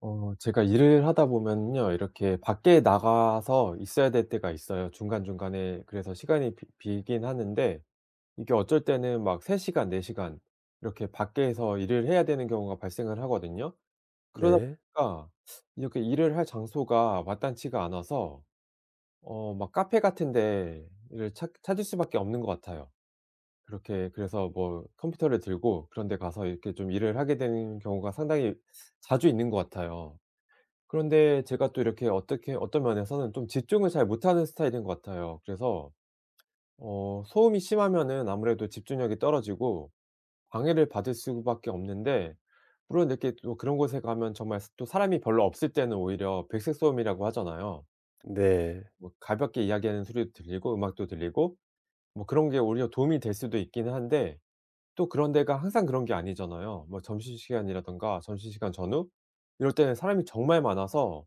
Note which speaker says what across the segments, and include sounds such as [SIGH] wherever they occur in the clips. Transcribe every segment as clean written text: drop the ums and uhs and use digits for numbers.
Speaker 1: 제가 일을 하다 보면요. 이렇게 밖에 나가서 있어야 될 때가 있어요, 중간중간에. 그래서 시간이 비 비긴 하는데 이게 어쩔 때는 막 3 시간 4 시간 이렇게 밖에서 일을 해야 되는 경우가 발생을 하거든요. 그러다
Speaker 2: 네.
Speaker 1: 보니까 이렇게 일을 할 장소가 마땅치가 않아서 막 카페 같은 데를 찾 찾을 수밖에 없는 것 같아요. 그렇게 그래서 뭐 컴퓨터를 들고 그런 데 가서 이렇게 좀 일을 하게 되는 경우가 상당히 자주 있는 것 같아요. 그런데 제가 또 이렇게 어떻게 어떤 면에서는 좀 집중을 잘 못하는 스타일인 것 같아요. 그래서 소음이 심하면은 아무래도 집중력이 떨어지고 방해를 받을 수밖에 없는데, 물론 이렇게 또 그런 곳에 가면 정말 스 또 사람이 별로 없을 때는 오히려 백색 소음이라고 하잖아요.
Speaker 2: 네.
Speaker 1: 뭐 가볍게 이야기하는 소리도 들리고 음악도 들리고 뭐 그런 게 오히려 도움이 될 수도 있기는 한데, 또 그런 데가 항상 그런 게 아니잖아요. 뭐 점심시간이라든가 점심시간 전후 이럴 때는 사람이 정말 많아서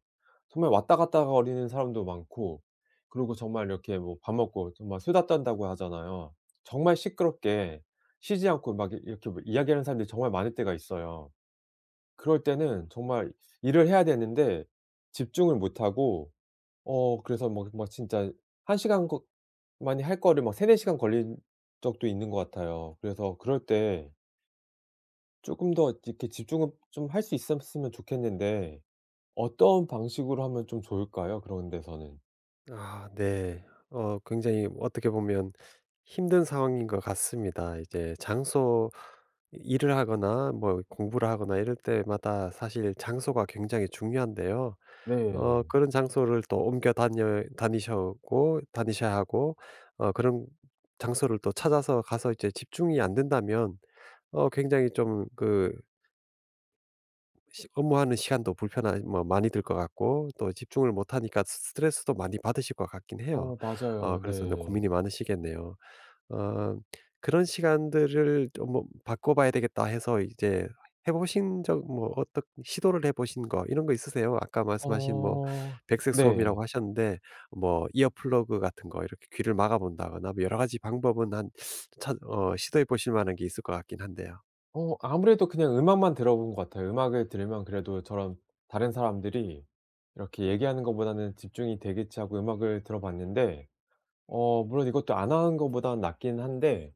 Speaker 1: 정말 왔다 갔다 거리는 사람도 많고, 그리고 정말 이렇게 뭐 밥 먹고 정말 수다 떤다고 하잖아요. 정말 시끄럽게 쉬지 않고 막 이 이렇게 뭐 이야기하는 사람들이 정말 많을 때가 있어요. 그럴 때는 정말 일을 해야 되는데 집중을 못 하고 그래서 막 진짜 1 시간 거이할 거를 막 3-4 시간 걸린 적도 있는 것 같아요. 그래서 그럴 때 조금 더 이렇게 집중을 좀 할 수 있었으면 좋겠는데 어떤 방식으로 하면 좀 좋을까요? 그런 데서는.
Speaker 2: 아 네. 굉장히 어떻게 보면 힘든 상황인 것 같습니다. 이제 장소 일을 하거나 뭐 공부를 하거나 이럴 때마다 사실 장소가 굉장히 중요한데요.
Speaker 1: 네.
Speaker 2: 그런 장소를 또 옮겨 다녀 다니셔고 다니셔야 하고, 그런 장소를 또 찾아서 가서 이제 집중이 안 된다면, 굉장히 좀그 시 업무하는 시간도 불편한 뭐 많이 들 것 같고, 또 집중을 못 하니까 스트레스도 많이 받으실 것 같긴 해요.
Speaker 1: 어 맞아요.
Speaker 2: 그래서 이제
Speaker 1: 네.
Speaker 2: 고민이 많으시겠네요. 어 그런 시간들을 좀뭐 '바꿔 봐야 되겠다.' 해서 이제 해 보신 적, 뭐 어떻 시도를 해 보신 거 이런 거 있으세요? 아까 말씀하신 뭐
Speaker 1: 어
Speaker 2: 백색
Speaker 1: 네.
Speaker 2: 소음이라고 하셨는데, 뭐 이어 플러그 같은 거 이렇게 귀를 막아 본다거나 뭐 여러 가지 방법은 한 찾 어 시도해 보실 만한 게 있을 것 같긴 한데요.
Speaker 1: 아무래도 그냥 음악만 들어본 것 같아요. 음악을 들으면 그래도 저런 다른 사람들이 이렇게 얘기하는 것보다는 집중이 되겠지 하고 음악을 들어봤는데 물론 이것도 안 하는 것보다는 낫긴 한데,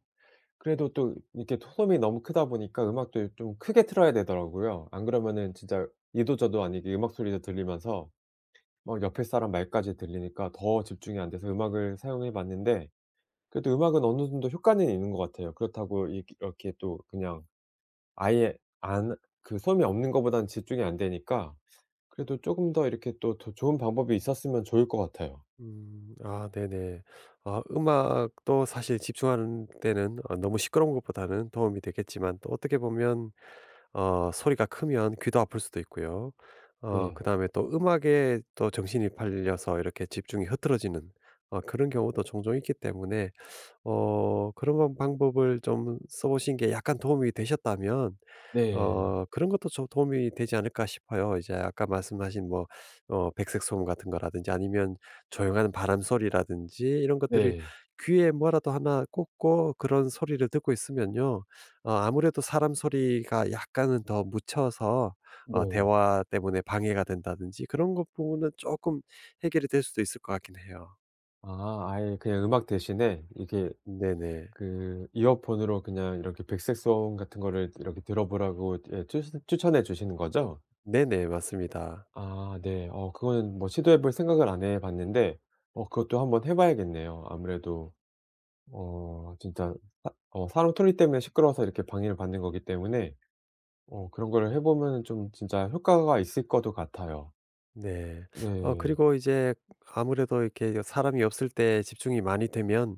Speaker 1: 그래도 또 이렇게 소음이 너무 크다 보니까 음악도 좀 크게 틀어야 되더라고요. 안 그러면은 진짜 이도 저도 아니게 음악 소리도 들리면서 막 옆에 사람 말까지 들리니까 더 집중이 안 돼서 음악을 사용해 봤는데, 그래도 음악은 어느 정도 효과는 있는 것 같아요. 그렇다고 이 이렇게 또 그냥 아예 안 소음이 없는 것보다는 집중이 안 되니까 그래도 조금 더 이렇게 또 더 좋은 방법이 있었으면 좋을 것 같아요.
Speaker 2: 음. 아 네네. 아 음악도 사실 집중하는 때는 너무 시끄러운 것보다는 도움이 되겠지만, 또 어떻게 보면 소리가 크면 귀도 아플 수도 있고요.
Speaker 1: 네.
Speaker 2: 그다음에 또 음악에 또 정신이 팔려서 이렇게 집중이 흐트러지는 그런 경우도 종종 있기 때문에, 그런 방법을 좀 써 보신 게 약간 도움이 되셨다면
Speaker 1: 네.
Speaker 2: 그런 것도 좀 도움이 되지 않을까 싶어요. 이제 아까 말씀하신 뭐 백색 소음 같은 거라든지, 아니면 조용한 바람 소리라든지 이런 것들이,
Speaker 1: 네.
Speaker 2: 귀에 뭐라도 하나 꽂고 그런 소리를 듣고 있으면요, 아무래도 사람 소리가 약간은 더 묻혀서
Speaker 1: 네.
Speaker 2: 대화 때문에 방해가 된다든지 그런 것 부분은 조금 해결이 될 수도 있을 것 같긴 해요.
Speaker 1: 아 아예 그냥 음악 대신에 이게
Speaker 2: 네네.
Speaker 1: 그 이어폰으로 그냥 이렇게 백색 소음 같은 거를 이렇게 들어보라고 예 추 추천해 주시는 거죠?
Speaker 2: 네네. 맞습니다.
Speaker 1: 아 네. 그거는 뭐 시도해 볼 생각을 안 해 봤는데 그것도 한번 해 봐야겠네요. 아무래도 어 진짜 사 어 사람 소리 때문에 시끄러워서 이렇게 방해를 받는 거기 때문에 그런 거를 해 보면은 좀 진짜 효과가 있을 거도 같아요.
Speaker 2: 네.
Speaker 1: 네.
Speaker 2: 그리고 이제 아무래도 이렇게 사람이 없을 때 집중이 많이 되면,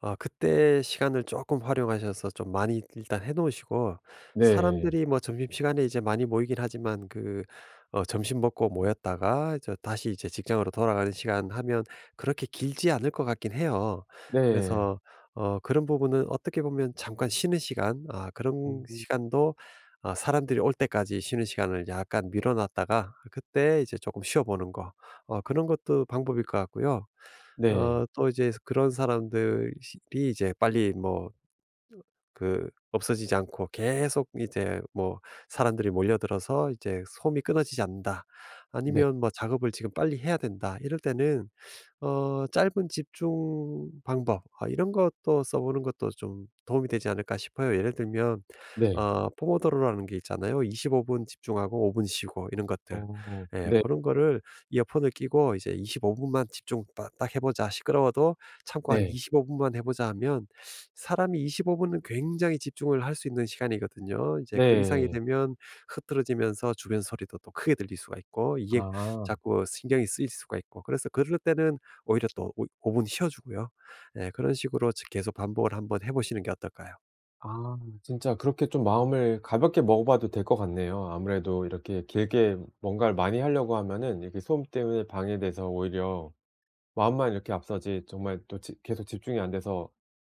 Speaker 2: 아 그때 시간을 조금 활용하셔서 좀 많이 일단 해 놓으시고,
Speaker 1: 네.
Speaker 2: 사람들이 뭐 점심시간에 이제 많이 모이긴 하지만, 점심 먹고 모였다가 저 다시 이제 직장으로 돌아가는 시간 하면 그렇게 길지 않을 것 같긴 해요.
Speaker 1: 네.
Speaker 2: 그래서 그런 부분은 어떻게 보면 잠깐 쉬는 시간, 아 그런
Speaker 1: 음.
Speaker 2: 시간도 아 사람들이 올 때까지 쉬는 시간을 약간 미뤄 놨다가 그때 이제 조금 쉬어 보는 거, 그런 것도 방법일 것 같고요.
Speaker 1: 네.
Speaker 2: 또 이제 그런 사람들이 이제 빨리 뭐 그 없어지지 않고 계속 이제 뭐 사람들이 몰려들어서 이제 소음이 끊어지지 않는다,
Speaker 1: 네.
Speaker 2: 아니면 뭐 작업을 지금 빨리 해야 된다, 이럴 때는 짧은 집중 방법, 아 이런 것도 써보는 것도 좀 도움이 되지 않을까 싶어요. 예를 들면
Speaker 1: 네.
Speaker 2: 포모도로라는 게 있잖아요. 25분 집중하고 5분 쉬고 이런 것들.
Speaker 1: 어.
Speaker 2: 예
Speaker 1: 네.
Speaker 2: 그런 거를 이어폰을 끼고 이제 25 분만 집중 딱 딱 해 보자, 시끄러워도 참고 한
Speaker 1: 네.
Speaker 2: 25 분만 해 보자 하면, 사람이 25분은 굉장히 집중을 할 수 있는 시간이거든요. 이제 그 이상이
Speaker 1: 네.
Speaker 2: 되면 흐트러지면서 주변 소리도 또 크게 들릴 수가 있고 이게
Speaker 1: 아.
Speaker 2: 자꾸 신경이 쓰일 수가 있고, 그래서 그럴 때는 오히려 또 오 5 분 쉬어 주고요. 예 그런 식으로 계속 반복을 한번 해 보시는 게 어떨까요?
Speaker 1: 아 진짜 그렇게 좀 마음을 가볍게 먹어봐도 될 것 같네요. 아무래도 이렇게 길게 뭔가를 많이 하려고 하면은 이렇게 소음 때문에 방해돼서 오히려 마음만 이렇게 앞서지 정말 또 지 계속 집중이 안 돼서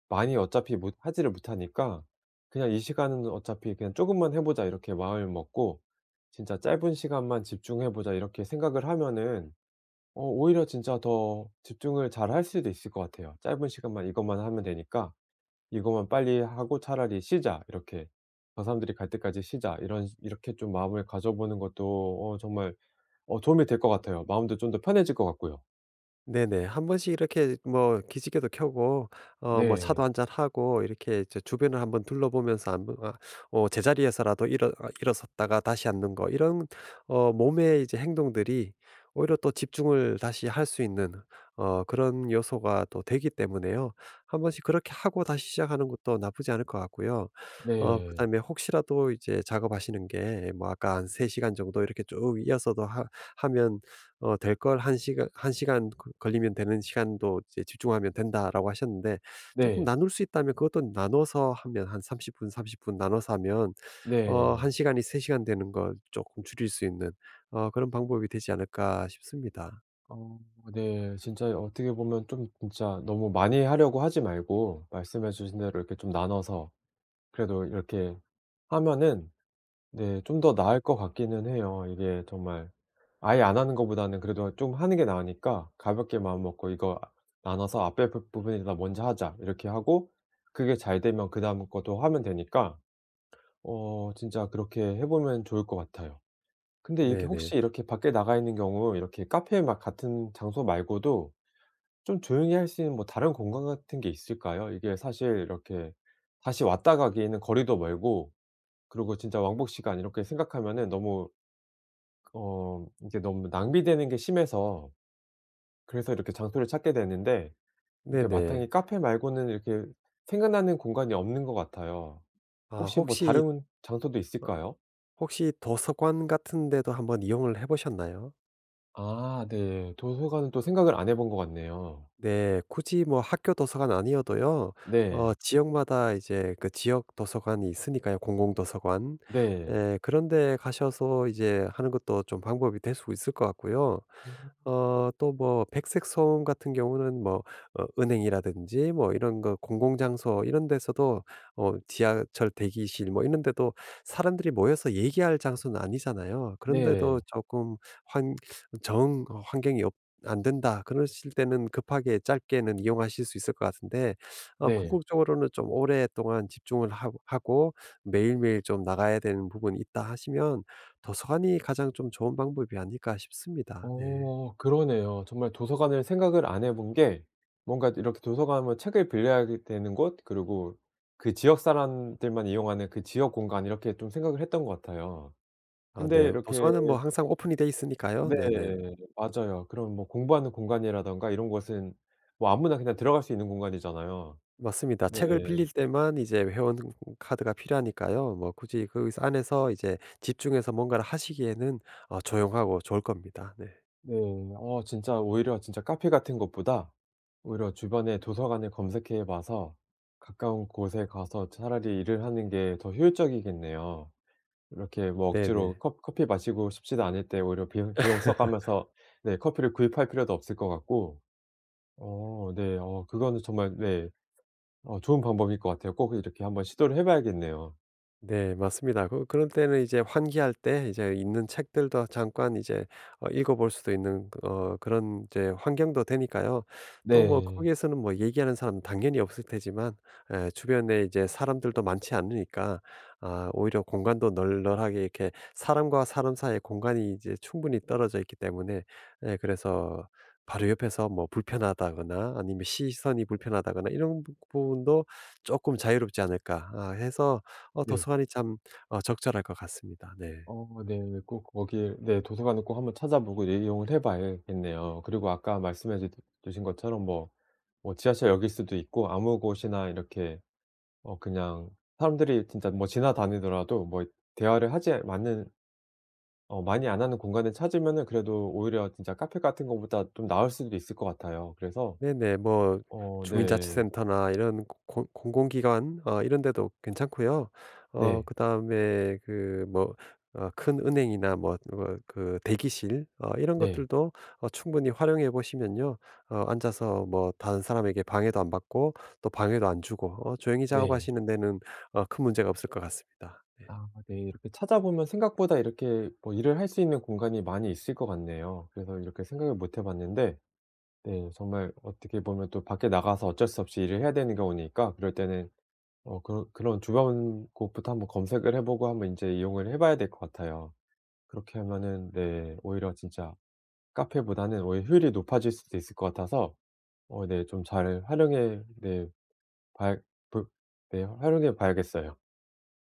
Speaker 1: 많이 어차피 못 하지를 못하니까 그냥 '이 시간은 어차피 그냥 조금만 해 보자.' 이렇게 마음을 먹고 '진짜 짧은 시간만 집중해 보자.' 이렇게 생각을 하면은 오히려 진짜 더 집중을 잘 할 수도 있을 것 같아요. 짧은 시간만 이것만 하면 되니까. '이것만 빨리 하고 차라리 쉬자.' 이렇게. '저 사람들이 갈 때까지 쉬자.' 이런 이렇게 좀 마음을 가져보는 것도 정말 도움이 될 것 같아요. 마음도 좀 더 편해질 것 같고요.
Speaker 2: 네네. 한 번씩 이렇게 뭐 기지개도 켜고, 뭐 차도
Speaker 1: 네.
Speaker 2: 한잔 하고 이렇게 이제 주변을 한번 둘러보면서 안부 아 제자리에서라도 일어섰다가 다시 앉는 거 이런 몸의 이제 행동들이 오히려 또 집중을 다시 할 수 있는 그런 요소가 또 되기 때문에요. 한 번씩 그렇게 하고 다시 시작하는 것도 나쁘지 않을 것 같고요.
Speaker 1: 네.
Speaker 2: 그다음에 혹시라도 이제 작업하시는 게 뭐 아까 한 3 시간 정도 이렇게 쭉 이어서도 하 하면, 될 걸 1 시간 한 시간 그 걸리면 되는 시간도 이제 집중하면 된다라고 하셨는데, 조금
Speaker 1: 네.
Speaker 2: 나눌 수 있다면 그것도 나눠서 하면 한 30 분, 30분 나눠서 하면
Speaker 1: 네.
Speaker 2: 1 시간이 3 시간 되는 걸 조금 줄일 수 있는 그런 방법이 되지 않을까 싶습니다.
Speaker 1: 어 네. 진짜 어떻게 보면 좀 진짜 너무 많이 하려고 하지 말고 말씀해 주신 대로 이렇게 좀 나눠서 그래도 이렇게 하면은 네 좀 더 나을 것 같기는 해요. 이게 정말 아예 안 하는 것보다는 그래도 좀 하는 게 나으니까 가볍게 마음먹고 '이거 나눠서 앞에 부 부분이나 먼저 하자.' 이렇게 하고 그게 잘 되면 그다음 것도 하면 되니까 진짜 그렇게 해 보면 좋을 것 같아요. 근데 이게
Speaker 2: 네네.
Speaker 1: 혹시 이렇게 밖에 나가 있는 경우 이렇게 카페 막 같은 장소 말고도 좀 조용히 할 수 있는 뭐 다른 공간 같은 게 있을까요? 이게 사실 이렇게 다시 왔다 가기에는 거리도 멀고 그리고 진짜 왕복 시간 이렇게 생각하면은 너무 이게 너무 낭비되는 게 심해서 그래서 이렇게 장소를 찾게 됐는데, 이렇게
Speaker 2: 네네.
Speaker 1: 마땅히 카페 말고는 이렇게 생각나는 공간이 없는 것 같아요.
Speaker 2: 아
Speaker 1: 혹시 뭐 다른 장소도 있을까요?
Speaker 2: 혹시 도서관 같은 데도 한번 이용을 해 보셨나요?
Speaker 1: 아 네. 도서관은 또 생각을 안 해본 것 같네요.
Speaker 2: 네. 굳이 뭐 학교 도서관 아니어도요.
Speaker 1: 네.
Speaker 2: 지역마다 이제 그 지역 도서관이 있으니까요, 공공 도서관.
Speaker 1: 네.
Speaker 2: 예. 그런 데 가셔서 이제 하는 것도 좀 방법이 될 수 있을 것 같고요.
Speaker 1: 음.
Speaker 2: 또 뭐 백색 소음 같은 경우는 뭐 은행이라든지 뭐 이런 거 공공 장소 이런 데서도, 지하철 대기실 뭐 이런 데도, 사람들이 모여서 얘기할 장소는 아니잖아요. 그런데도
Speaker 1: 네.
Speaker 2: 조금 환 정 어 환경이 없 안 된다 그러실 때는 급하게 짧게는 이용하실 수 있을 것 같은데,
Speaker 1: 네.
Speaker 2: 궁극적으로는 좀 오랫동안 집중을 하고 매일매일 좀 나가야 되는 부분이 있다 하시면 도서관이 가장 좀 좋은 방법이 아닐까 싶습니다. 네.
Speaker 1: 어 그러네요. 정말 도서관을 생각을 안 해본 게 뭔가 이렇게 도서관 하면 책을 빌려야 게 되는 곳, 그리고 그 지역 사람들만 이용하는 그 지역 공간 이렇게 좀 생각을 했던 것 같아요.
Speaker 2: 아
Speaker 1: 근데
Speaker 2: 네.
Speaker 1: 이렇게
Speaker 2: 도서관은 뭐 항상 오픈이 돼 있으니까요.
Speaker 1: 네.
Speaker 2: 네네.
Speaker 1: 맞아요. 그런 뭐 공부하는 공간이라든가 이런 곳은 뭐 아무나 그냥 들어갈 수 있는 공간이잖아요.
Speaker 2: 맞습니다.
Speaker 1: 네.
Speaker 2: 책을 빌릴 때만 이제 회원 카드가 필요하니까요. 뭐 굳이 그 안에서 이제 집중해서 뭔가를 하시기에는 조용하고 좋을 겁니다. 네.
Speaker 1: 네. 진짜 오히려 진짜 카페 같은 것보다 오히려 주변에 도서관을 검색해 봐서 가까운 곳에 가서 차라리 일을 하는 게 더 효율적이겠네요. 이렇게 뭐 억지로
Speaker 2: 네네.
Speaker 1: 컵 커피 마시고 싶지도 않을 때 오히려 비용
Speaker 2: [LAUGHS]
Speaker 1: 써가면서 네 커피를 구입할 필요도 없을 것 같고 어 네. 그거는 정말 네 좋은 방법일 것 같아요. 꼭 이렇게 한번 시도를 해 봐야겠네요.
Speaker 2: 네, 맞습니다. 그런 때는 이제 환기할 때 이제 있는 책들도 잠깐 이제 읽어볼 수도 있는 그런 이제 환경도 되니까요. 또 뭐
Speaker 1: 네.
Speaker 2: 거기에서는 뭐 얘기하는 사람 당연히 없을 테지만, 주변에 이제 사람들도 많지 않으니까, 아 오히려 공간도 널널하게 이렇게 사람과 사람 사이의 공간이 이제 충분히 떨어져 있기 때문에, 그래서 바로 옆에서 뭐 불편하다거나 아니면 시선이 불편하다거나 이런 부 부분도 조금 자유롭지 않을까 아 해서
Speaker 1: 네.
Speaker 2: 도서관이 참 적절할 것 같습니다. 네.
Speaker 1: 어 네. 꼭 거기에 네 도서관을 꼭 한번 찾아보고 이용을 해 봐야겠네요. 그리고 아까 말씀해 주 주신 것처럼 뭐 뭐 지하철역일 수도 있고 아무 곳이나 이렇게 그냥 사람들이 진짜 뭐 지나다니더라도 뭐 대화를 하지 않는 많이 안 하는 공간을 찾으면은 그래도 오히려 진짜 카페 같은 것보다 좀 나을 수도 있을 것 같아요. 그래서
Speaker 2: 네네. 뭐
Speaker 1: 어 네.
Speaker 2: 주민자치센터나 이런 고 공공기관 이런 데도 괜찮고요.
Speaker 1: 네.
Speaker 2: 그다음에 그 뭐 큰 은행이나 뭐 그 대기실 이런
Speaker 1: 네.
Speaker 2: 것들도 충분히 활용해 보시면요. 앉아서 뭐 다른 사람에게 방해도 안 받고 또 방해도 안 주고 조용히
Speaker 1: 네.
Speaker 2: 작업하시는 데는 큰 문제가 없을 것 같습니다.
Speaker 1: 아 네. 이렇게 찾아보면 생각보다 이렇게 뭐 일을 할 수 있는 공간이 많이 있을 것 같네요. 그래서 이렇게 생각을 못 해 봤는데 네 정말 어떻게 보면 또 밖에 나가서 어쩔 수 없이 일을 해야 되는 경우니까 그럴 때는 그런 주변 곳부터 한번 검색을 해 보고 한번 이제 이용을 해 봐야 될 것 같아요. 그렇게 하면은 네 오히려 진짜 카페보다는 오히려 효율이 높아질 수도 있을 것 같아서 어 네 좀 잘 활용해 네 발 볼 네 활용해 봐야겠어요.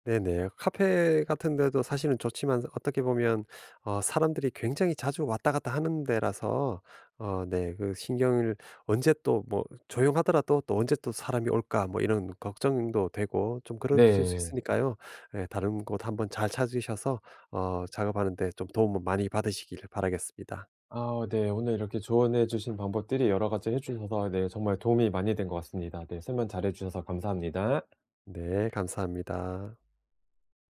Speaker 2: 네네. 카페 같은 데도 사실은 좋지만 어떻게 보면 사람들이 굉장히 자주 왔다 갔다 하는 데라서 네 그 신경을 언제 또 뭐 조용하더라도 또 '언제 또 사람이 올까?' 뭐 이런 걱정도 되고 좀 그러실 수
Speaker 1: 네.
Speaker 2: 있으니까요. 예 다른 곳 한번 잘 찾으셔서 작업하는 데 좀 도움을 많이 받으시길 바라겠습니다.
Speaker 1: 아 네. 오늘 이렇게 조언해 주신 방법들이 여러 가지 해 주셔서 네 정말 도움이 많이 된 것 같습니다. 네 설명 잘해 주셔서 감사합니다.
Speaker 2: 네 감사합니다.